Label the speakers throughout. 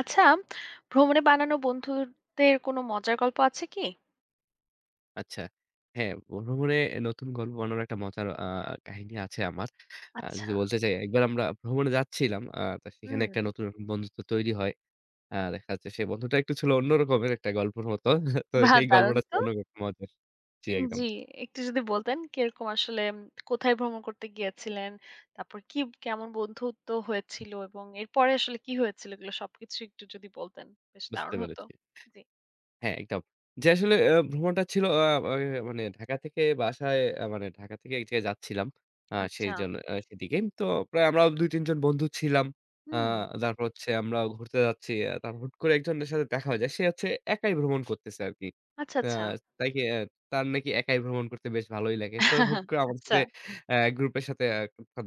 Speaker 1: আচ্ছা, ভ্রমণে বানানো বন্ধুদের কোনো মজার গল্প আছে কি?
Speaker 2: আচ্ছা। হ্যাঁ, ভ্রমণে নতুন গল্প বানানোর একটা মজার কাহিনী আছে আমার।
Speaker 1: আচ্ছা,
Speaker 2: যদি বলতে চাই, একবার আমরা ভ্রমণে যাচ্ছিলাম। তো সেখানে
Speaker 1: হুম,
Speaker 2: একটা নতুন রকম বন্ধুত্ব তৈরি হয়। দেখা যাচ্ছে সেই বন্ধুটা একটু ছিল অন্য রকমের একটা গল্পের মতো। তো
Speaker 1: বাহ!
Speaker 2: সেই
Speaker 1: দারুণ
Speaker 2: গল্পটা ছিল
Speaker 1: তো।
Speaker 2: অন্যরকম মজার। জি, একদম।
Speaker 1: জি, একটু যদি বলতেন কিরকম আসলে কোথায় ভ্রমণ করতে গিয়েছিলেন? তারপর কি কেমন বন্ধুত্ব হয়েছিল এবং এরপরে আসলে কি হয়েছিল এগুলো সবকিছু একটু যদি বলতেন, বেশ
Speaker 2: বুঝতে
Speaker 1: দারুণ হতো।
Speaker 2: পেরেছি।
Speaker 1: জি।
Speaker 2: হ্যাঁ, একদম। যে আসলে ভ্রমণটা ছিল আ আ মানে ঢাকা থেকে বাসায় মানে ঢাকা থেকে এক জায়গায় যাচ্ছিলাম। আ
Speaker 1: আচ্ছা,
Speaker 2: সেইজন আ সেদিকে। তো প্রায় আমরা ২-৩ জন বন্ধু ছিলাম। আ
Speaker 1: হুম,
Speaker 2: তারপর হচ্ছে আমরা ঘুরতে যাচ্ছি। তারপর হুট করে একজনের সাথে দেখা হয়ে যায়। সে হচ্ছে একাই ভ্রমণ করতেছে আরকি।
Speaker 1: আচ্ছা,
Speaker 2: আ
Speaker 1: আচ্ছা।
Speaker 2: তাকে তার নাকি একাই ভ্রমণ করতে বেশ ভালোই লাগে। তো হুট করে আমাদের
Speaker 1: আচ্ছা,
Speaker 2: সাথে গ্রুপের সাথে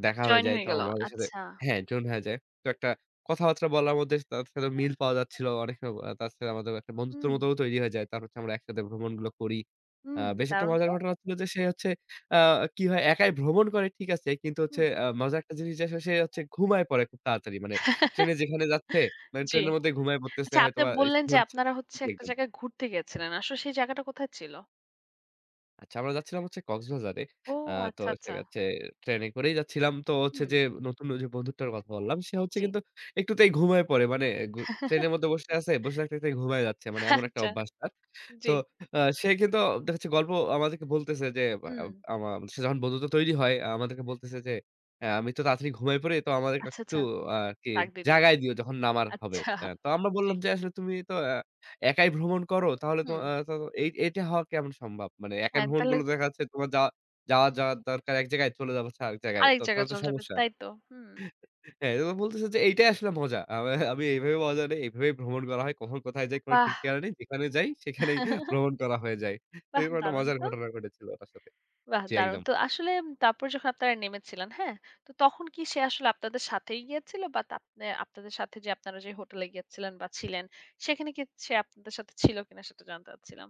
Speaker 2: দেখা হয়ে
Speaker 1: জয়েন
Speaker 2: যায়।
Speaker 1: হয়ে
Speaker 2: তো
Speaker 1: গেল।
Speaker 2: আমাদের সাথে
Speaker 1: আচ্ছা,
Speaker 2: হ্যাঁ, জোন হয়ে যায়। তো একটা কথাবার্তা বলার মধ্যে তার সাথে মিল পাওয়া যাচ্ছিল। অনেক সময় তার সাথে আমাদের একটা বন্ধুত্বের
Speaker 1: হুম,
Speaker 2: মতোও তৈরি হয়ে যায়। তারপর হচ্ছে আমরা একসাথে ভ্রমণগুলো করি।
Speaker 1: হুম,
Speaker 2: বেশ একটা
Speaker 1: দারুণ
Speaker 2: মজার
Speaker 1: তো।
Speaker 2: ঘটনা হচ্ছিল যে সে হচ্ছে আ কি হয় একাই ভ্রমণ করে ঠিক আছে। কিন্তু হচ্ছে
Speaker 1: হুম।
Speaker 2: মজার একটা জিনিস যে সে হচ্ছে ঘুমায় পড়ে খুব তাড়াতাড়ি। মানে ট্রেনে যেখানে যাচ্ছে মানে
Speaker 1: জি।
Speaker 2: ট্রেনের মধ্যে ঘুমায় পড়তেছে
Speaker 1: আচ্ছা, আপনি
Speaker 2: হয়তোবা
Speaker 1: বললেন যে আপনারা হচ্ছে একটা
Speaker 2: একদম
Speaker 1: জায়গায় ঘুরতে গিয়েছিলেন। আসলে সেই জায়গাটা কোথায় ছিল?
Speaker 2: আচ্ছা, আমরা যাচ্ছিলাম হচ্ছে কক্সবাজারে।
Speaker 1: ও
Speaker 2: আ তো
Speaker 1: আচ্ছা, আচ্ছা।
Speaker 2: সেখাচ্ছে ট্রেনে করেই যাচ্ছিলাম। তো হচ্ছে
Speaker 1: হুম,
Speaker 2: যে নতুন ওই যে বন্ধুটার কথা বললাম, সে হচ্ছে
Speaker 1: জি।
Speaker 2: কিন্তু একটুতেই ঘুমায়ে পড়ে। মানে গু ট্রেনের মধ্যে বসে আছে, বসে থাকতে, থাকতে ঘুমায়ে যাচ্ছে। মানে এমন একটা
Speaker 1: আচ্ছা,
Speaker 2: অভ্যাস তার।
Speaker 1: জি।
Speaker 2: তো সে কিন্তু দেখা যাচ্ছে গল্প আমাদেরকে বলতেছে যে বা আ
Speaker 1: হুম।
Speaker 2: আমা সে যখন বন্ধুত্ব তৈরি হয়, আমাদেরকে বলতেছে যে, আমি তো তাড়াতাড়ি ঘুমায়ে পড়ি, তো আমাদেরকে
Speaker 1: আচ্ছা,
Speaker 2: একটু
Speaker 1: আচ্ছা।
Speaker 2: আরকি
Speaker 1: দাগদিডিও।
Speaker 2: জাগায় দিও যখন নামার হবে।"
Speaker 1: আচ্ছা,
Speaker 2: তো আমরা
Speaker 1: জি।
Speaker 2: বললাম যে, "আসলে তুমি তো একাই ভ্রমণ করো? তাহলে তো
Speaker 1: হুম।
Speaker 2: তো এই এটা হওয়া কেমন সম্ভব? মানে একাই
Speaker 1: হ্যাঁ,
Speaker 2: ভ্রমণ
Speaker 1: তাহলে
Speaker 2: করলে দেখা যাচ্ছে তোমার যাওয়া যাওয়া যাওয়ার দরকার এক জায়গায়, চলে যাচ্ছে আরেক জায়গায়।
Speaker 1: আরেক
Speaker 2: তো তাহলে
Speaker 1: জায়গায়
Speaker 2: তো
Speaker 1: চলে যাবে।
Speaker 2: সমস্যা।
Speaker 1: তাই তো? হুম।
Speaker 2: হ্যাঁ, এজন্য বলতেছে যে এইটাই আসলে মজা। আমি আমি এইভাবে মজা নেই। এইভাবেই ভ্রমণ করা হয়। কখন কোথায় যাই কোন
Speaker 1: বাহ!
Speaker 2: ঠিক ঠিকানা নেই। যেখানে যাই সেখানেই ভ্রমণ করা হয়ে যায়। তো
Speaker 1: বাহ!
Speaker 2: এরকম একটা
Speaker 1: দারুণ
Speaker 2: মজার
Speaker 1: তো।
Speaker 2: ঘটনা ঘটেছিল তার সাথে।
Speaker 1: বাহ!
Speaker 2: জি,
Speaker 1: দারুণ
Speaker 2: একদম।
Speaker 1: তো। আসলে তারপর যখন আপনারা নেমেছিলেন, হ্যাঁ? তো তখন কি সে আসলে আপনাদের সাথেই গিয়েছিল বা তা আপনে আপনাদের সাথে যে আপনারা যে হোটেলে গিয়েছিলেন বা ছিলেন, সেখানে কি সে আপনাদের সাথে ছিল কিনা সেটা জানতে চাচ্ছিলাম?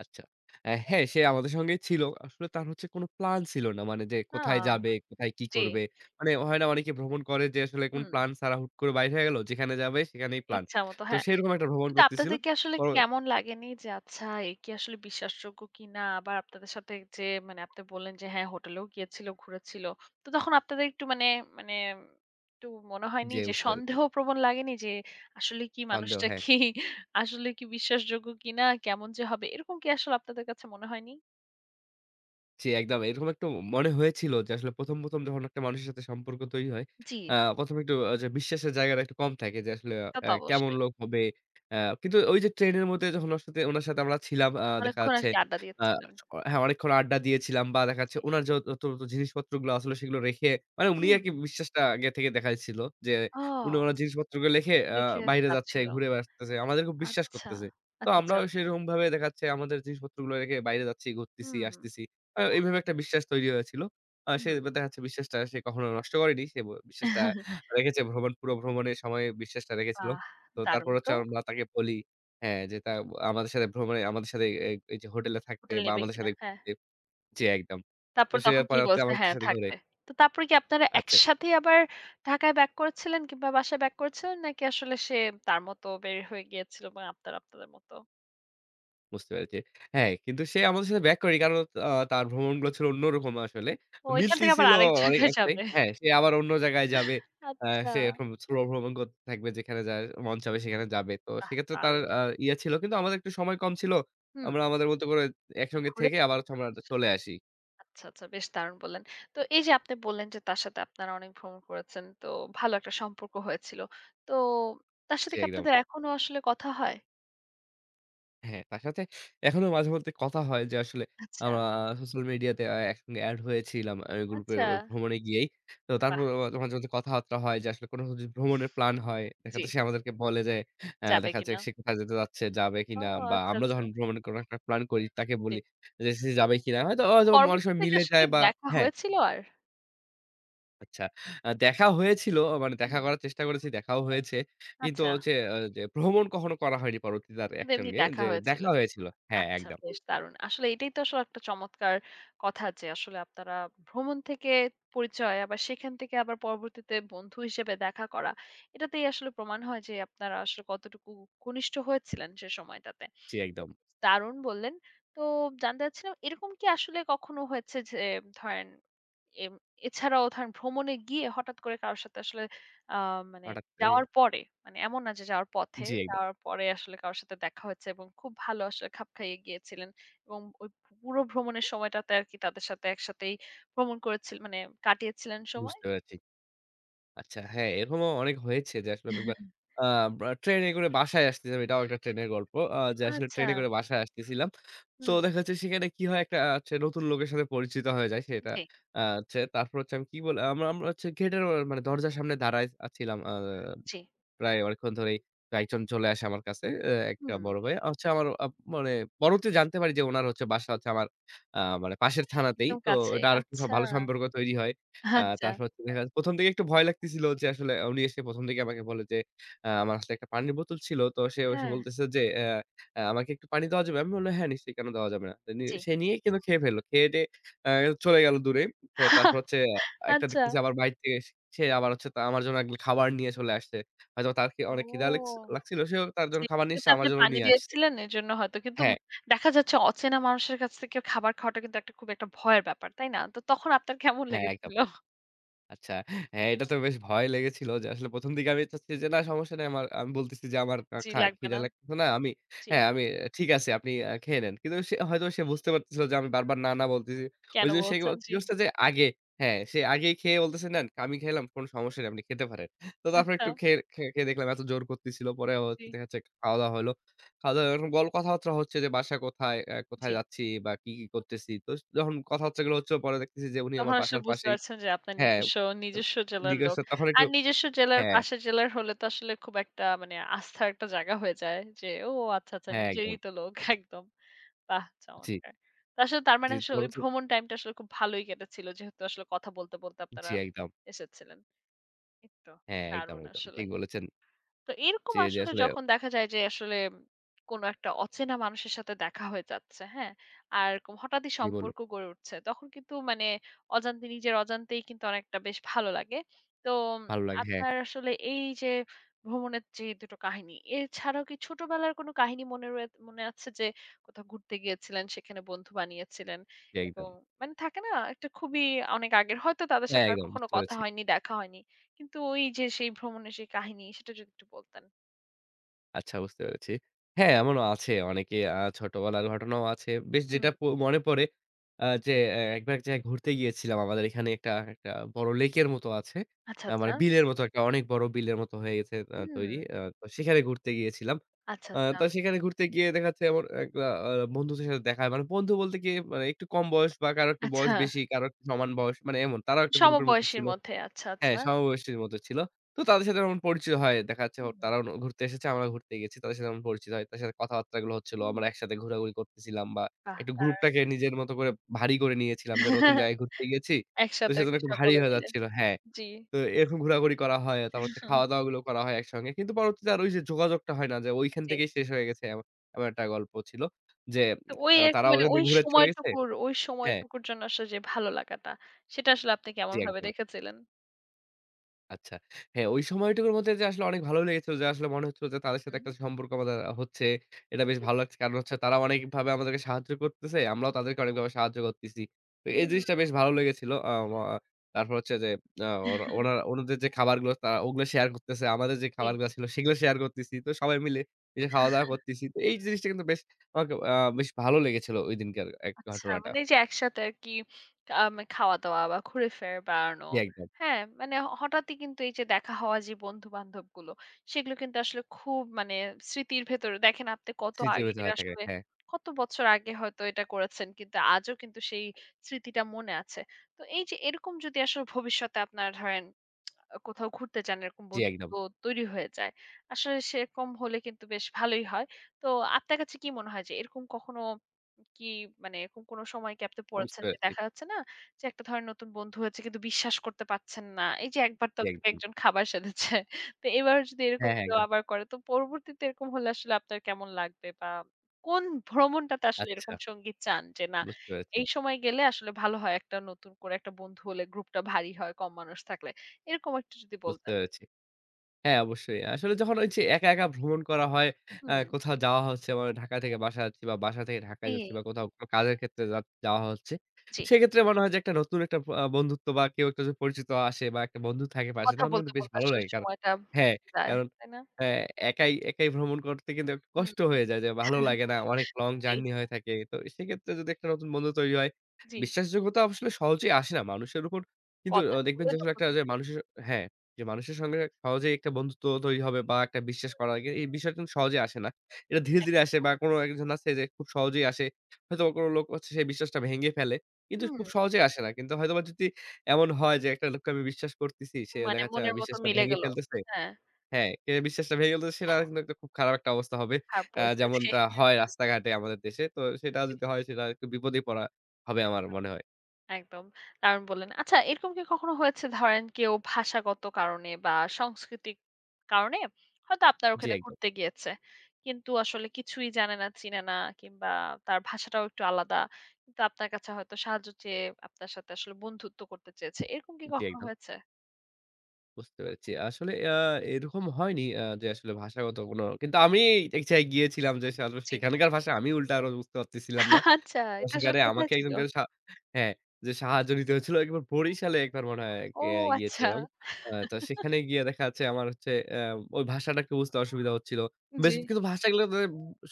Speaker 2: আচ্ছা। হ্যাঁ, সে আমাদের সঙ্গেই ছিল। আসলে তার হচ্ছে কোনো প্ল্যান ছিল না। মানে যে
Speaker 1: আ
Speaker 2: কোথায় যাবে, কোথায় কি
Speaker 1: জি,
Speaker 2: করবে। মানে হয় না অনেকে ভ্রমণ করে যে আসলে কোন
Speaker 1: হুম।
Speaker 2: প্ল্যান ছাড়া হুট করে বাইর হয়ে গেল। যেখানে যাবে সেখানেই প্ল্যান।
Speaker 1: ইচ্ছামত,
Speaker 2: তো
Speaker 1: হ্যাঁ।
Speaker 2: সেরকম একটা ভ্রমণ
Speaker 1: কিন্তু
Speaker 2: করতেছিল।
Speaker 1: আপনাদের কি আসলে
Speaker 2: পর
Speaker 1: কেমন লাগেনি যে আচ্ছা এ কি আসলে বিশ্বাসযোগ্য কিনা? আবার আপনাদের সাথে যে মানে আপনি বললেন যে হ্যাঁ, হোটেলেও গিয়েছিল, ঘুরেছিল। তো তখন আপনাদের একটু মানে মানে একটু মনে হয়নি
Speaker 2: জি
Speaker 1: যে
Speaker 2: বুঝতে পেরেছি।
Speaker 1: সন্দেহপ্রবণ লাগেনি যে আসলে কি
Speaker 2: সন্দেহ
Speaker 1: মানুষটা
Speaker 2: হ্যাঁ।
Speaker 1: কি আসলে কি বিশ্বাসযোগ্য কিনা? কেমন যে হবে? এরকম কি আসলে আপনাদের কাছে মনে হয়নি?
Speaker 2: জি, একদম। এরকম একটু মনে হয়েছিল যে আসলে ১ম যখন একটা মানুষের সাথে সম্পর্ক তৈরি হয়,
Speaker 1: জি।
Speaker 2: ১ম এ একটু যে বিশ্বাসের জায়গাটা একটু কম থাকে যে আসলে
Speaker 1: তা তো
Speaker 2: কেমন
Speaker 1: অবশ্যই।
Speaker 2: লোক হবে। আ কিন্তু ওই যে ট্রেনের মধ্যে যখন ওর সাথে উনার সাথে আমরা ছিলাম দেখা
Speaker 1: অনেকক্ষণ
Speaker 2: যাচ্ছে
Speaker 1: আরকি আড্ডা
Speaker 2: আ
Speaker 1: দিয়েছিলেন।
Speaker 2: হ্যাঁ, অনেকক্ষণ আড্ডা দিয়েছিলাম বা দেখা যাচ্ছে
Speaker 1: জি।
Speaker 2: উনার যত যত জিনিসপত্রগুলো আসলে সেগুলো রেখে মানে উনি
Speaker 1: হুম।
Speaker 2: আরকি বিশ্বাসটা আগে থেকে দেখাইছিল যে উনি
Speaker 1: ও!
Speaker 2: উনার জিনিসপত্রগুলো রেখে
Speaker 1: রেখে
Speaker 2: বাইরে যাচ্ছে,
Speaker 1: যাচ্ছিল।
Speaker 2: ঘুরে বেড়াতেছে। আমাদের খুব বিশ্বাস
Speaker 1: আচ্ছা।
Speaker 2: করতেছে। তো
Speaker 1: আচ্ছা, আচ্ছা।
Speaker 2: আমরাও সেরকমভাবে দেখা যাচ্ছে আমাদের জিনিসপত্রগুলো রেখে বাইরে যাচ্ছি, ঘুরতেছি,
Speaker 1: হুম,
Speaker 2: আসতেছি।
Speaker 1: বাহ!
Speaker 2: এইভাবে একটা বিশ্বাস তৈরি হয়েছিল। সে
Speaker 1: হুম।
Speaker 2: দেখা যাচ্ছে বিশ্বাসটা সে কখনো নষ্ট করেনি। সে ব বিশ্বাসটা রেখেছে পুরো ভ্রমণের সময় বিশ্বাসটা রেখেছিল।
Speaker 1: বাহ!
Speaker 2: তো তারপর
Speaker 1: দারুণ
Speaker 2: হচ্ছে
Speaker 1: তো।
Speaker 2: আমরা তাকে বলি হ্যাঁ, যে তা আমাদের সাথে ভ্রমণে আমাদের সাথে এ এই যে হোটেলে থাকতে
Speaker 1: হোটেল
Speaker 2: বা
Speaker 1: নেবে
Speaker 2: আমাদের
Speaker 1: কিনা।
Speaker 2: সাথে
Speaker 1: হ্যাঁ।
Speaker 2: ঘুরতে জি, একদম। তো
Speaker 1: তারপর
Speaker 2: সে
Speaker 1: তখন কি
Speaker 2: পরে হচ্ছে
Speaker 1: বলছে?
Speaker 2: আমাদের
Speaker 1: হ্যাঁ,
Speaker 2: সাথে ঘুরে।
Speaker 1: থাকবে। তো তারপরে কি আপনারা
Speaker 2: আচ্ছা।
Speaker 1: একসাথেই আবার ঢাকায় ব্যাক করেছিলেন কিংবা বাসায় ব্যাক করেছিলেন? নাকি আসলে সে তার মতো বের হয়ে গিয়েছিল এবং আপনারা আপনাদের মতো?
Speaker 2: বুঝতে পেরেছি। হ্যাঁ, কিন্তু সে আমাদের সাথে ব্যাক করেনি। কারণ তার ভ্রমণগুলো ছিল অন্যরকম আসলে।
Speaker 1: ও এখান থেকে আবার
Speaker 2: মিলতেছিল
Speaker 1: আরেক
Speaker 2: অনেক
Speaker 1: জায়গায়
Speaker 2: অংশেই।
Speaker 1: যাবে।
Speaker 2: হ্যাঁ, সে আবার অন্য জায়গায় যাবে। আ
Speaker 1: আচ্ছা।
Speaker 2: সে এরকম সোলো ভ্রমণ করতে থাকবে। যেখানে যার মন চাবে
Speaker 1: হুম।
Speaker 2: সেখানে যাবে। তো
Speaker 1: বাহ!
Speaker 2: সেক্ষেত্রে তার
Speaker 1: দারুণ।
Speaker 2: ইয়ে ছিল। কিন্তু আমাদের একটু সময় কম ছিল।
Speaker 1: হুম,
Speaker 2: আমরা আমাদের মতো করে একসঙ্গে
Speaker 1: ঘুরে
Speaker 2: থেকে আবার আমরা চলে আসি।
Speaker 1: আচ্ছা, আচ্ছা বেশ দারুণ বললেন। তো এই যে আপনি বললেন যে তার সাথে আপনারা অনেক ভ্রমণ করেছেন। তো ভালো একটা সম্পর্ক হয়েছিল। তো তার
Speaker 2: জি,
Speaker 1: সাথে কি
Speaker 2: একদম।
Speaker 1: আপনাদের এখনো আসলে কথা হয়?
Speaker 2: হ্যাঁ, তার সাথে এখনো মাঝেমধ্যে কথা হয় যে আসলে
Speaker 1: আচ্ছা,
Speaker 2: আমরা সোশ্যাল মিডিয়াতে একসঙ্গে এড হয়েছিলাম গ্রুপের
Speaker 1: আচ্ছা।
Speaker 2: ওই ভ্রমণে গিয়েই। তো তারপর
Speaker 1: বাহ!
Speaker 2: মাঝে, মাঝে মধ্যে কথাবার্তা হয় যে আসলে কোন যদি ভ্রমণের প্ল্যান হয়, দেখা
Speaker 1: জি।
Speaker 2: যাচ্ছে সে আমাদেরকে বলে যে
Speaker 1: যাবে
Speaker 2: দেখা যাচ্ছে
Speaker 1: কিনা?
Speaker 2: সে কোথায় যেতে যাচ্ছে, যাবে
Speaker 1: ও
Speaker 2: কিনা? বা
Speaker 1: আচ্ছা,
Speaker 2: আমরা
Speaker 1: আচ্ছা।
Speaker 2: যখন ভ্রমণের কোন একটা প্ল্যান করি তাকে
Speaker 1: জি।
Speaker 2: বলি যে সে যাবে কিনা? হয়তো
Speaker 1: তো
Speaker 2: হয়তো অনেক সময়
Speaker 1: পরবর্তীতে কি
Speaker 2: মিলে
Speaker 1: আসলে
Speaker 2: যায়
Speaker 1: কি
Speaker 2: বা
Speaker 1: দেখা
Speaker 2: হ্যাঁ,
Speaker 1: হয়েছিল আর?
Speaker 2: আচ্ছা। দেখা হয়েছিল মানে দেখা
Speaker 1: হুম,
Speaker 2: করার চেষ্টা করেছি, দেখাও হয়েছে। কিন্তু
Speaker 1: আচ্ছা।
Speaker 2: হচ্ছে যে ভ্রমণ কখনো করা হয়নি পরবর্তীতে আর
Speaker 1: কিন্তু এমনি
Speaker 2: একসঙ্গে
Speaker 1: দেখা
Speaker 2: যে
Speaker 1: হয়েছিল।
Speaker 2: দেখা হয়েছিল। হ্যাঁ,
Speaker 1: আচ্ছা
Speaker 2: একদম।
Speaker 1: বেশ দারুণ। আসলে এটাই তো আসলে একটা চমৎকার কথা যে আসলে আপনারা ভ্রমণ থেকে পরিচয় আবার সেখান থেকে আবার পরবর্তীতে বন্ধু হিসেবে দেখা করা। এটাতেই আসলে প্রমাণ হয় যে আপনারা আসলে কতটুকু ঘনিষ্ঠ হয়েছিলেন সে সময়টাতে।
Speaker 2: জি,
Speaker 1: তো
Speaker 2: একদম।
Speaker 1: দারুণ বললেন। তো জানতে চাচ্ছিলাম এরকম কি আসলে কখনো হয়েছে যে ধরেন এম এছাড়াও ধরেন ভ্রমণে গিয়ে হঠাৎ করে কারো সাথে আসলে আ মানে
Speaker 2: হঠাৎ করে
Speaker 1: যাওয়ার পরে, মানে এমন না যে যাওয়ার পথে,
Speaker 2: জি, একদম।
Speaker 1: যাওয়ার পরে আসলে কারো সাথে দেখা হয়েছে এবং খুব ভালো আসলে খাপ খাইয়ে গিয়েছিলেন। এবং ওই পুরো ভ্রমণের সময়টাতে আরকি তাদের সাথে একসাথেই ভ্রমণ করেছিল মানে কাটিয়েছিলেন সময়?
Speaker 2: বুঝতে পেরেছি। আচ্ছা হ্যাঁ, এরকমও অনেক হয়েছে যে আসলে আমি একবার আ বা
Speaker 1: জি।
Speaker 2: ট্রেনে করে বাসায় আসতেছিলাম। এটাও একটা ট্রেনের গল্প। যে আসলে
Speaker 1: আচ্ছা।
Speaker 2: ট্রেনে করে বাসায় আসতেছিলাম। তো
Speaker 1: হুম,
Speaker 2: দেখা যাচ্ছে সেখানে কি হয় একটা হচ্ছে নতুন লোকের সাথে পরিচিত হয়ে যায় সেটা।
Speaker 1: জি,
Speaker 2: হচ্ছে তারপর হচ্ছে আমি কি বলে আমরা আমরা হচ্ছে গেটের মানে দরজার সামনে দাঁড়ায় ছিলাম।
Speaker 1: জি।
Speaker 2: প্রায় অনেকক্ষণ ধরেই কয়েকজন চলে আসে আমার কাছে। এ একটা
Speaker 1: হুম,
Speaker 2: বড় ভাই। হচ্ছে আমার আপ মানে পরবর্তীতে জানতে পারি যে উনার হচ্ছে বাসা হচ্ছে আমার মানে পাশের থানাতেই।
Speaker 1: একদম
Speaker 2: তো
Speaker 1: কাছে।
Speaker 2: এটা আরেকটু
Speaker 1: আচ্ছা,
Speaker 2: ভালো সম্পর্ক তৈরি হয়।
Speaker 1: আচ্ছা।
Speaker 2: তারপর হচ্ছে দেখা যাচ্ছে ১ম দিকে একটু ভয় লাগতেছিল যে আসলে উনি এসে ১ম দিকে আমাকে বলে যে আমার আসলে একটা পানির বোতল ছিল। তো সে এসে
Speaker 1: হ্যাঁ,
Speaker 2: বলতেছে যে "অ্যা আ আমাকে একটু পানি দেওয়া যাবে?" আমি বললাম, "হ্যাঁ, নিশ্চয়ই কেন দেওয়া যাবে না?" তো
Speaker 1: জি।
Speaker 2: সে নিয়ে কিন্তু খেয়ে ফেলল। খেয়ে-টেয়ে আ চলে গেল দূরে। তো তারপর হচ্ছে একটা
Speaker 1: আচ্ছা।
Speaker 2: দেখতেছি আবার বাইর থেকে এসে- সে আবার হচ্ছে তা আমার জন্য এক গ্লাস খাবার নিয়ে চলে আসছে। হয়তোবা তার খে অনেক খিদা লেগস
Speaker 1: ও!
Speaker 2: লাগছিল। সেও তার জন্য
Speaker 1: জি,
Speaker 2: খাবার নিয়ে
Speaker 1: যেহেতু
Speaker 2: এসছে, আমার
Speaker 1: আপনি
Speaker 2: জন্য
Speaker 1: পানি
Speaker 2: নিয়ে আসছে।
Speaker 1: দিয়েছিলেন এজন্য হয়তো। কিন্তু
Speaker 2: হ্যাঁ,
Speaker 1: দেখা যাচ্ছে অচেনা মানুষের কাছ থেকে খাবার খাওয়াটা কিন্তু একটা খুব একটা ভয়ের ব্যাপার, তাই না? তো তখন আপনার কেমন
Speaker 2: হ্যাঁ, একদম।
Speaker 1: লেগেছিল?
Speaker 2: আচ্ছা। হ্যাঁ, এটা তো বেশ ভয় লেগেছিল যে আসলে ১ম দিকে আমি চাচ্ছি যে না সমস্যা নাই আমি বলতেছি যে আমার আ
Speaker 1: জি,
Speaker 2: খা
Speaker 1: লাগবে
Speaker 2: খিদা
Speaker 1: না।
Speaker 2: লাগতেছে না। আমি
Speaker 1: জি।
Speaker 2: হ্যাঁ, আমি ঠিক আছে আপনি খেয়ে নেন। কিন্তু সে বুঝতে পারতেছিল যে আমি বারবার না, না বলতেছি।
Speaker 1: কেন
Speaker 2: ওইজন্য
Speaker 1: বলছেন?
Speaker 2: কি
Speaker 1: জি।
Speaker 2: করছে যে আগে হ্যাঁ, সে আগেই খেয়ে বলতেছে নেন আমি খেলাম কোনো সমস্যা নেই আপনি খেতে পারেন। তো তারপর
Speaker 1: আচ্ছা।
Speaker 2: একটু খেয়ে খেয়ে খেয়ে দেখলাম এত জোর করতেছিল। পরে হচ্ছে
Speaker 1: জি,
Speaker 2: দেখা যাচ্ছে খাওয়া-দাওয়া হলো। খাওয়া-দাওয়া এরকম কথাবার্তা হচ্ছে যে বাসা কোথায়, কোথায়
Speaker 1: জি।
Speaker 2: যাচ্ছি বা কি, কি করতেছি। তো যখন কথাবার্তাগুলো হচ্ছিল পরে দেখতেছি যে উনি আমার
Speaker 1: তখন আসলে
Speaker 2: বাসার
Speaker 1: বুঝতে
Speaker 2: পাশেই
Speaker 1: পারছেন যে আপনার
Speaker 2: হ্যাঁ,
Speaker 1: নিজস্ব,
Speaker 2: উ
Speaker 1: নিজস্ব জেলার
Speaker 2: নিকষ্ট
Speaker 1: লোক।
Speaker 2: তখন একটু
Speaker 1: আর নিজস্ব জেলার
Speaker 2: হ্যাঁ,
Speaker 1: পাশের জেলার হলে তো আসলে খুব একটা মানে আস্থার একটা জায়গা হয়ে যায় যে, "ও আচ্ছা, আচ্ছা
Speaker 2: হ্যাঁ, একদম।
Speaker 1: নিজেরই তো লোক" একদম। বাহ!
Speaker 2: জি,
Speaker 1: চমৎকার। তো আসলে তার মানে
Speaker 2: জি,
Speaker 1: আসলে ওই
Speaker 2: বরঞ্চ
Speaker 1: ভ্রমণ টাইমটা আসলে খুব ভালোই কেটেছিল। যেহেতু আসলে কথা বলতে, বলতে
Speaker 2: জি,
Speaker 1: আপনারা
Speaker 2: একদম।
Speaker 1: এসেছিলেন। এই তো
Speaker 2: হ্যাঁ, একদম,
Speaker 1: দারুণ
Speaker 2: একদম।
Speaker 1: আসলে।
Speaker 2: ঠিক বলেছেন।
Speaker 1: তো এরকম
Speaker 2: যে, যে,
Speaker 1: আসলে
Speaker 2: আসলে
Speaker 1: যখন দেখা যায় যে আসলে কোনো একটা অচেনা মানুষের সাথে দেখা হয়ে যাচ্ছে, হ্যাঁ? আর এরকম হঠাৎই
Speaker 2: কি বলবো?
Speaker 1: সম্পর্ক গড়ে উঠছে। তখন কিন্তু মানে অজান্তে নিজের অজান্তেই কিন্তু অনেকটা বেশ ভালো লাগে। তো উম,
Speaker 2: ভালো লাগে। হ্যাঁ,
Speaker 1: আপনার আসলে এই যে ভ্রমণের যে ২ টো কাহিনী, এছাড়াও কি ছোটবেলার কোনো কাহিনী মনে রয়ে মনে আছে যে কোথাও ঘুরতে গিয়েছিলেন, সেখানে বন্ধু বানিয়েছিলেন
Speaker 2: জি, একদম।
Speaker 1: এবং মানে থাকে না একটা খুবই অনেক আগের হয়তো তাদের
Speaker 2: হ্যাঁ,
Speaker 1: সাথে আর
Speaker 2: একদম
Speaker 1: কখনো
Speaker 2: বুঝতে
Speaker 1: কথা
Speaker 2: পেরেছি।
Speaker 1: হয়নি, দেখা হয়নি। কিন্তু ওই যে সেই ভ্রমণের সেই কাহিনী সেটা যদি একটু বলতেন।
Speaker 2: আচ্ছা বুঝতে পেরেছি। হ্যাঁ, এমনও আছে অনেকে ছোটবেলার ঘটনাও আছে। বেশ
Speaker 1: হুম।
Speaker 2: যেটা মনে পড়ে যে, একবার যে, ঘুরতে গিয়েছিলাম আমাদের এখানে একটা, একটা, বড় লেকের মতো আছে।
Speaker 1: আচ্ছা,
Speaker 2: মানে
Speaker 1: আচ্ছা।
Speaker 2: বিলের মতো একটা অনেক বড় বিলের মতো হয়ে গেছে
Speaker 1: হুম।
Speaker 2: তৈরি। তো সেখানে ঘুরতে গিয়েছিলাম।
Speaker 1: আচ্ছা, আচ্ছা।
Speaker 2: তো সেখানে ঘুরতে গিয়ে দেখা যাচ্ছে আমার একটা আ বন্ধুদের সাথে দেখা হয়। মানে বন্ধু বলতে কি মানে একটু কম বয়স বা কারো একটু বয়স
Speaker 1: আচ্ছা।
Speaker 2: বেশি, কারো একটু সমান বয়স মানে এমন। তারাও একটা গ্রুপের মতো
Speaker 1: সমবয়সীর
Speaker 2: ছিল।
Speaker 1: মধ্যে। আচ্ছা,
Speaker 2: হ্যাঁ,
Speaker 1: আচ্ছা।
Speaker 2: সমবয়সীর মতো ছিল। তো তাদের সাথে আমার পরিচয় হয়। দেখা যাচ্ছে
Speaker 1: হুম, হুম।
Speaker 2: ঘুরতে এসেছে, আমরাও ঘুরতে গেছি। তাদের সাথে আমার পরিচিত হয়। তাদের সাথে কথাবার্তাগুলো হচ্ছিল। আমরা একসাথে ঘোরাঘুরি করতেছিলাম বা
Speaker 1: বাহ!
Speaker 2: একটু
Speaker 1: দারুণ।
Speaker 2: গ্রুপটাকে নিজের মতো করে ভারী করে নিয়েছিলাম যে নতুন জায়গায় ঘুরতে গেছি। তো
Speaker 1: একসাথে
Speaker 2: সেজন্য
Speaker 1: আরকি
Speaker 2: একটু ভারী
Speaker 1: সকলে
Speaker 2: হয়ে
Speaker 1: মিলে।
Speaker 2: যাচ্ছিল। হ্যাঁ।
Speaker 1: জি।
Speaker 2: তো এরকম ঘোরাঘুরি করা হয়। তারপর হচ্ছে
Speaker 1: হুম,
Speaker 2: খাওয়া-দাওয়া গুলো করা হয় একসঙ্গে। কিন্তু পরবর্তীতে আর ওই যে যোগাযোগটা হয় না যে ঐখান
Speaker 1: জি।
Speaker 2: থেকেই শেষ হয়ে গেছে এমন, এমন একটা গল্প ছিল। যে
Speaker 1: তো ওই আরকি
Speaker 2: তারা
Speaker 1: মানে
Speaker 2: ওখান থেকে
Speaker 1: ওই
Speaker 2: ঘুরে চলে গেছে
Speaker 1: সময়টুকুর ওই
Speaker 2: হ্যাঁ,
Speaker 1: সময়টুকুর জন্য আসলে যে ভালো লাগাটা, সেটা আসলে আপনি
Speaker 2: জি
Speaker 1: কেমনভাবে
Speaker 2: একদম।
Speaker 1: দেখেছিলেন?
Speaker 2: আচ্ছা। হ্যাঁ, ওই সময়টুকুর মধ্যে যে আসলে অনেক ভালো লেগেছিল যে আসলে মনে হচ্ছিল যে তাদের সাথে
Speaker 1: হুম।
Speaker 2: একটা সম্পর্ক আমাদের হচ্ছে। এটা বেশ
Speaker 1: জি।
Speaker 2: ভালো লাগছে। কারণ হচ্ছে তারা অনেকভাবে আমাদেরকে সাহায্য করতেছে। আমরাও তাদেরকে অনেকভাবে সাহায্য করতেছি। তো এই জিনিসটা
Speaker 1: হুম।
Speaker 2: বেশ ভালো লেগেছিল। আ মা তারপর হচ্ছে যে ওরা ওরা ওনাদের যে খাবারগুলো তা ওগুলো শেয়ার করতেছে। আমাদের যে
Speaker 1: জি।
Speaker 2: খাবারগুলা ছিল সেগুলো শেয়ার করতেছি। তো সবাই মিলে এই যে খাওয়া-দাওয়া করতেছি। তো এই জিনিসটা কিন্তু বেশ আমাকে আ বেশ ভালো লেগেছিল ওই দিনকার এক
Speaker 1: আচ্ছা
Speaker 2: ঘটনাটা।
Speaker 1: মানে এই যে একসাথে আরকি খাওয়া-দাওয়া বা ঘুরে-ফিরে বেড়ানো,
Speaker 2: জি, একদম।
Speaker 1: হ্যাঁ? মানে হঠাৎই কিন্তু এই যে দেখা হওয়া যে বন্ধু-বান্ধবগুলো, সেগুলো কিন্তু আসলে খুব মানে স্মৃতির ভেতরে দেখেন আপনি কত
Speaker 2: স্মৃতির
Speaker 1: আগের
Speaker 2: ভেতরে থাকে।
Speaker 1: আসলে
Speaker 2: হ্যাঁ,
Speaker 1: কত বছর আগে হয়তো এটা করেছেন কিন্তু আজও কিন্তু সেই স্মৃতিটা মনে আছে। তো এই যে এরকম যদি আসলে ভবিষ্যতে আপনার ধরেন কোথাও ঘুরতে যান এরকম
Speaker 2: জি একদম।
Speaker 1: বন্ধুত্ব তৈরি হয়ে যায়। আসলে সেরকম হলে কিন্তু বেশ ভালোই হয়। তো আপনার কাছে কি মনে হয় যে এরকম কখনো কি মানে এরকম কোনো সময় কি আপনি
Speaker 2: বুঝতে
Speaker 1: পড়েছেন যে
Speaker 2: পেরেছি।
Speaker 1: দেখা যাচ্ছে না যে একটা ধরেন নতুন বন্ধু হয়েছে কিন্তু বিশ্বাস করতে পারছেন না। এই যে একবার তো
Speaker 2: জি
Speaker 1: আপনাকে
Speaker 2: একদম।
Speaker 1: একজন খাবার সেধেছে। তো এবার যদি
Speaker 2: হ্যাঁ,
Speaker 1: এরকম
Speaker 2: হ্যাঁ,
Speaker 1: কেউ
Speaker 2: একদম।
Speaker 1: আবার করে তো পরবর্তীতে এরকম হলে আসলে আপনার কেমন লাগবে বা কোন ভ্রমণটাতে আসলে
Speaker 2: আচ্ছা
Speaker 1: এরকম সঙ্গী চান যে না
Speaker 2: বুঝতে পেরেছি,
Speaker 1: এই সময় গেলে আসলে ভালো হয় একটা নতুন করে একটা বন্ধু হলে গ্রুপটা ভারী হয় কম মানুষ থাকলে। এরকম একটু যদি
Speaker 2: বুঝতে
Speaker 1: বলতেন।
Speaker 2: পেরেছি। হ্যাঁ, অবশ্যই। আসলে যখন ওই যে একা, একা ভ্রমণ করা হয়,
Speaker 1: হুম।
Speaker 2: কোথাও যাওয়া হচ্ছে আমার ঢাকা থেকে বাসায় যাচ্ছি বা বাসা থেকে ঢাকায়
Speaker 1: জি,
Speaker 2: যাচ্ছি বা কোথাও কোনো কাজের ক্ষেত্রে যাওয়া হচ্ছে।
Speaker 1: জি।
Speaker 2: সেক্ষেত্রে মনে হয় যে একটা নতুন একটা আ বন্ধুত্ব বা কেউ একটা যদি পরিচিত আসে বা একটা বন্ধু থাকে পাশে
Speaker 1: কথা
Speaker 2: তখন
Speaker 1: বলতে,
Speaker 2: কিন্তু বেশ
Speaker 1: বলতে
Speaker 2: ভালো
Speaker 1: আসলে
Speaker 2: লাগে। কারণ
Speaker 1: সময়টা
Speaker 2: হ্যাঁ,
Speaker 1: যায়,
Speaker 2: কারণ
Speaker 1: তাই না?
Speaker 2: অ্যা একাই, একাই ভ্রমণ করতে কিন্তু একটু
Speaker 1: হুম।
Speaker 2: কষ্ট হয়ে যায় যে ভালো লাগে না। অনেক লং
Speaker 1: জি,
Speaker 2: জার্নি হয়ে থাকে। তো সেক্ষেত্রে যদি একটা নতুন বন্ধু তৈরি হয়,
Speaker 1: জি।
Speaker 2: বিশ্বাসযোগ্যতা আসলে সহজেই আসে না। মানুষের উপর কিন্তু
Speaker 1: কথা
Speaker 2: দেখবেন
Speaker 1: বলে
Speaker 2: যে
Speaker 1: তো
Speaker 2: আসলে একটা
Speaker 1: বোঝা
Speaker 2: যে
Speaker 1: যায়।
Speaker 2: মানুষের হ্যাঁ। যে মানুষের সঙ্গে সহজেই একটা বন্ধুত্ব তৈরি হবে বা একটা বিশ্বাস করা লাগে, এই বিষয়টা কিন্তু সহজে আসে না। এটা ধীরে, ধীরে আসে
Speaker 1: একদম।
Speaker 2: বা কোনো একজন আছে যে খুব সহজেই আসে। হয়তোবা কোনো লোক হচ্ছে সেই বিশ্বাসটা ভেঙে ফেলে। কিন্তু
Speaker 1: হুম।
Speaker 2: খুব সহজেই আসে না। কিন্তু হয়তোবা যদি এমন হয় যে একটা লোককে আমি বিশ্বাস করতেছি, সে
Speaker 1: মানে
Speaker 2: দেখা যাচ্ছে
Speaker 1: মনের মতো
Speaker 2: বিশ্বাসটা
Speaker 1: মিলে
Speaker 2: ভেঙে
Speaker 1: গেল।
Speaker 2: ফেলতেছে
Speaker 1: হ্যাঁ,
Speaker 2: হ্যাঁ, সে বিশ্বাসটা ভেঙে ফেলতেছে সেটা কিন্তু একটা খুব খারাপ একটা অবস্থা হবে।
Speaker 1: খারাপ পরিস্থিতি।
Speaker 2: যেমনটা
Speaker 1: জি। জি।
Speaker 2: হয় রাস্তাঘাটে আমাদের দেশে। তো সেটা যদি হয় সেটা একটু বিপদেই পড়া হবে আমার মনে হয়।
Speaker 1: একদম। দারুণ বললেন। আচ্ছা এরকম কি কখনো হয়েছে ধরেন কেউ ভাষাগত কারণে বা সাংস্কৃতিক কারণে হয়তো আপনার
Speaker 2: জি
Speaker 1: ওখানে
Speaker 2: একদম,
Speaker 1: ঘুরতে গিয়েছে। কিন্তু আসলে কিছুই জানে না, চিনে না কিংবা তার ভাষাটাও একটু আলাদা। কিন্তু আপনার কাছে হয়তো সাহায্য চেয়ে আপনার সাথে আসলে বন্ধুত্ব করতে চেয়েছে। এরকম কি
Speaker 2: জি
Speaker 1: কখনো
Speaker 2: একদম।
Speaker 1: হয়েছে?
Speaker 2: বুঝতে পেরেছি। আসলে এরকম হয়নি যে আসলে ভাষাগত কোনো কিন্তু আমি এক জায়গায় গিয়েছিলাম যে আসলে
Speaker 1: জি।
Speaker 2: সেখানকার ভাষা আমি উল্টা আরো বুঝতে পারতেছিলাম না।
Speaker 1: আচ্ছা
Speaker 2: তো
Speaker 1: এটা আসলে
Speaker 2: সেখানে
Speaker 1: কোথায়
Speaker 2: আমাকে
Speaker 1: ছিল?
Speaker 2: একজনকে সা হ্যাঁ, যে সাহায্য নিতে হয়েছিল একবার বরিশালে একবার মনে হয়
Speaker 1: ও আচ্ছা।
Speaker 2: গিয়েছিলাম। তো সেখানে গিয়ে দেখা যাচ্ছে আমার হচ্ছে ওই ভাষাটা একটু বুঝতে অসুবিধা হচ্ছিল। বেশ
Speaker 1: জি,
Speaker 2: কিন্তু ভাষাগুলো তো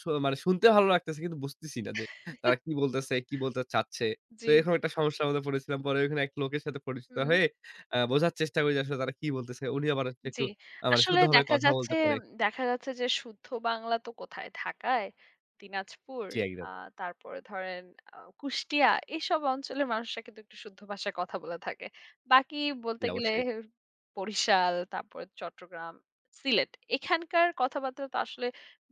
Speaker 2: মানে শুনতে ভালো লাগতেছে কিন্তু বুঝতেছি না যে তারা কি বলতেছে, কি বলতে চাচ্ছে। তো
Speaker 1: জি।
Speaker 2: এরকম একটা সমস্যার মধ্যে পড়েছিলাম। পরে ওখানে এক লোকের সাথে পরিচিত
Speaker 1: হুম।
Speaker 2: হয়ে বোঝার চেষ্টা করি যে আসলে তারা কি বলতেছে। উনি আবার হচ্ছে
Speaker 1: জি।
Speaker 2: একটু মানে
Speaker 1: আসলে
Speaker 2: শুদ্ধভাবে
Speaker 1: দেখা
Speaker 2: কথা
Speaker 1: যাচ্ছে
Speaker 2: বলতে পারে।
Speaker 1: দেখা যাচ্ছে যে শুদ্ধ বাংলা তো কোথায়? ঢাকায়, দিনাজপুর,
Speaker 2: জি,
Speaker 1: আ
Speaker 2: একদম।
Speaker 1: তারপরে ধরেন কুষ্টিয়া এইসব অঞ্চলের মানুষরা কিন্তু একটু শুদ্ধ ভাষায় কথা বলে থাকে। বাকি
Speaker 2: জি,
Speaker 1: বলতে গেলে
Speaker 2: অবশ্যই।
Speaker 1: বরিশাল, তারপর চট্টগ্রাম, সিলেট এখানকার কথাবার্তা তো আসলে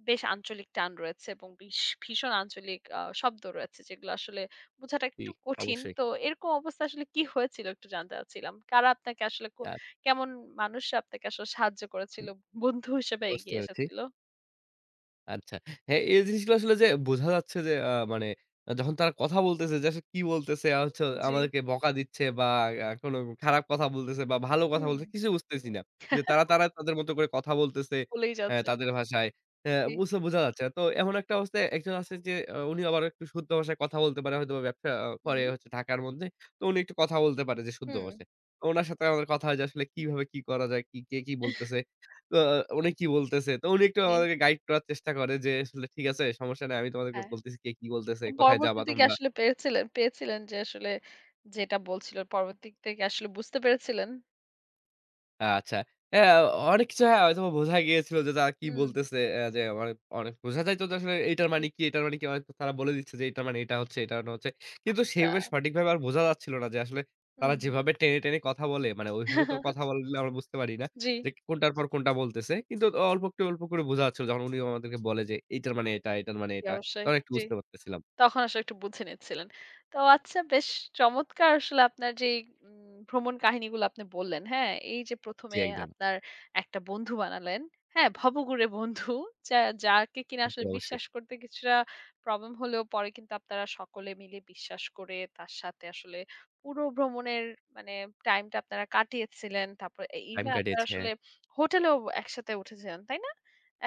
Speaker 1: বেশ আঞ্চলিক টান রয়েছে এবং ভীষণ আঞ্চলিক শব্দ রয়েছে যেগুলো আসলে বোঝাটা
Speaker 2: জি,
Speaker 1: একটু কঠিন।
Speaker 2: অবশ্যই।
Speaker 1: তো এরকম অবস্থা আসলে কি হয়েছিল একটু জানতে চাচ্ছিলাম? কারা আপনাকে আসলে
Speaker 2: আ
Speaker 1: কেমন মানুষ আপনাকে আসলে সাহায্য করেছিল? বন্ধু হিসেবে
Speaker 2: বুঝতে
Speaker 1: এগিয়ে
Speaker 2: পেরেছি।
Speaker 1: এসেছিল?
Speaker 2: আচ্ছা। হ্যাঁ, এই জিনিসগুলো আসলে যে বোঝা যাচ্ছে যে মানে যখন তারা কথা বলতেছে যে আসলে কি বলতেছে হচ্ছে
Speaker 1: জি,
Speaker 2: আমাদেরকে বকা দিচ্ছে বা কোনো খারাপ কথা বলতেছে বা ভালো কথা
Speaker 1: হুম,
Speaker 2: বলতেছে কিছু বুঝতেছি না। যে তারা তাদের মতো করে কথা বলতেছে
Speaker 1: বলেই যাচ্ছে।
Speaker 2: তাদের ভাষায়। অ্যা
Speaker 1: জি,
Speaker 2: বুঝতে বোঝা যাচ্ছে না। তো এমন একটা অবস্থায় একজন আছে যে উনি আবার একটু শুদ্ধ ভাষায় কথা বলতে পারে হয়তোবা ব্যবসা করে
Speaker 1: হুম,
Speaker 2: হচ্ছে ঢাকার মধ্যে। তো উনি একটু কথা বলতে পারে যে শুদ্ধ
Speaker 1: হুম।
Speaker 2: ভাষায়। তো উনার সাথে আমাদের কথা হয় যে আসলে কিভাবে কি করা যায়? কি কে কি বলতেছে? তো উনি কি বলতেছে? তো উনি একটু
Speaker 1: জি,
Speaker 2: আমাদেরকে গাইড করার চেষ্টা করে যে, আসলে ঠিক আছে সমস্যা নাই। আমি তোমাদেরকে
Speaker 1: হ্যাঁ।
Speaker 2: বলতেছি কে কি বলতেছে,
Speaker 1: তো
Speaker 2: কোথায় যাবা
Speaker 1: পরবর্তীতে কি
Speaker 2: তোমরা?
Speaker 1: আসলে পেরেছিলেন পেয়েছিলেন যে আসলে যেটা বলছিল পরবর্তীতে কি আসলে বুঝতে পেরেছিলেন?
Speaker 2: আচ্ছা। হ্যাঁ, অনেক কিছু হ্যাঁ, হয়তোবা বোঝা গিয়েছিল যে তারা কি
Speaker 1: হুম,
Speaker 2: বলতেছে। অ্যা যে অনে অনেক বোঝা যাইত যে আসলে এটার
Speaker 1: জি।
Speaker 2: মানে কি, এটার মানে কি? হয়তো তারা বলে দিচ্ছে যে এটার মানে এটা হচ্ছে, এটা মানে হচ্ছে। কিন্তু
Speaker 1: আচ্ছা,
Speaker 2: সেভাবে সঠিকভাবে আর বোঝা যাচ্ছিল না যে আসলে তারা
Speaker 1: হুম।
Speaker 2: যেভাবে টেনে, টেনে কথা বলে মানে ওইভাবে তো কথা বললে আমরা বুঝতে পারি না
Speaker 1: জি,
Speaker 2: যে কোনটার পর কোনটা বলতেছে। কিন্তু অল্প করে বোঝা যাচ্ছিল যখন উনি আমাদেরকে বলে যে এইটার মানে এটা, এটার মানে
Speaker 1: জি
Speaker 2: এটা।
Speaker 1: অবশ্যই।
Speaker 2: তখন একটু
Speaker 1: জি।
Speaker 2: বুঝতে পারতেছিলাম।
Speaker 1: তখন আসলে একটু বুঝে নিচ্ছিলেন। তো আচ্ছা বেশ চমৎকার আসলে আপনার যেই ভ্রমণ কাহিনীগুলো আপনি বললেন, হ্যাঁ? এই যে ১ম
Speaker 2: জি,
Speaker 1: এ
Speaker 2: একদম।
Speaker 1: আপনার একটা বন্ধু বানালেন, হ্যাঁ? ভবঘুরে বন্ধু যা যাকে কিনা
Speaker 2: জি,
Speaker 1: আসলে
Speaker 2: অবশ্যই।
Speaker 1: বিশ্বাস করতে কিছুটা প্রবলেম হলেও পরে কিন্তু আপনারা সকলে মিলে বিশ্বাস করে তার সাথে আসলে পুরো ভ্রমণের মানে টাইমটা আপনারা কাটিয়েছিলেন। তারপরে এ
Speaker 2: টাইম
Speaker 1: ইভেন আপনারা
Speaker 2: কাটিয়েছে, হ্যাঁ।
Speaker 1: আসলে হোটেলেও একসাথে উঠেছিলেন, তাই না?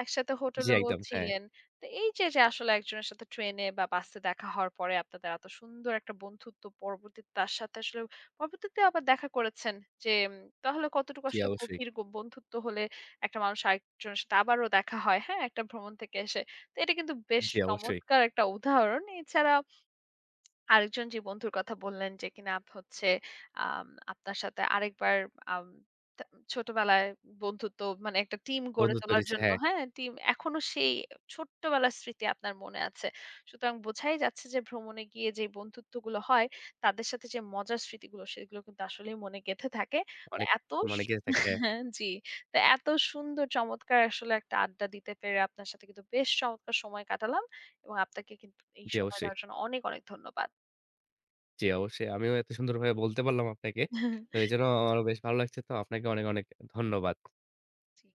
Speaker 1: একসাথে
Speaker 2: জি,
Speaker 1: হোটেলেও
Speaker 2: একদম। হ্যাঁ।
Speaker 1: ছিলেন। তো এই যে, যে আসলে একজনের সাথে ট্রেনে বা বাসে দেখা হওয়ার পরে আপনাদের এত সুন্দর একটা বন্ধুত্ব পরবর্তীতে তার সাথে আসলে পরবর্তীতে আবার দেখা করেছেন যে তাহলে কতটুকু
Speaker 2: জি,
Speaker 1: আসলে
Speaker 2: অবশ্যই।
Speaker 1: গভীর বন্ধুত্ব হলে একটা মানুষ আরেকজনের সাথে আবারও দেখা হয়, হ্যাঁ? একটা ভ্রমণ থেকে এসে। তো এটা কিন্তু বেশ
Speaker 2: জি, অবশ্যই।
Speaker 1: চমৎকার একটা উদাহরণ। এছাড়া আরেকজন যে বন্ধুর কথা বললেন যে কিনা হচ্ছে আম আপনার সাথে আরেকবার আম তা ছোটবেলায় বন্ধুত্ব মানে একটা টিম গড়ে
Speaker 2: বন্ধুত্ব
Speaker 1: তোলার
Speaker 2: হয়েছে,
Speaker 1: জন্য
Speaker 2: হ্যাঁ।
Speaker 1: হ্যাঁ, টিম এখনো সেই ছোট্টবেলার স্মৃতি আপনার মনে আছে। সুতরাং বোঝাই যাচ্ছে যে ভ্রমণে গিয়ে যে বন্ধুত্বগুলো হয়, তাদের সাথে যে মজার স্মৃতিগুলো সেগুলো কিন্তু আসলেই মনে গেঁথে থাকে। তো
Speaker 2: অনেক
Speaker 1: এত সু
Speaker 2: অনেকে থাকে, হ্যাঁ।
Speaker 1: জি। তো এত সুন্দর চমৎকার আসলে একটা আড্ডা দিতে পেরে আপনার সাথে কিন্তু বেশ চমৎকার সময় কাটালাম এবং আপনাকে কিন্তু এই
Speaker 2: জি,
Speaker 1: সময়
Speaker 2: অবশ্যই।
Speaker 1: দেওয়ার জন্য অনেক, অনেক ধন্যবাদ।
Speaker 2: জি, অবশ্যই। আমিও এত সুন্দরভাবে বলতে পারলাম আপনাকে। তো এজন্য আমারও বেশ ভালো লাগছে। তো আপনাকে অনেক, অনেক ধন্যবাদ।
Speaker 1: জি।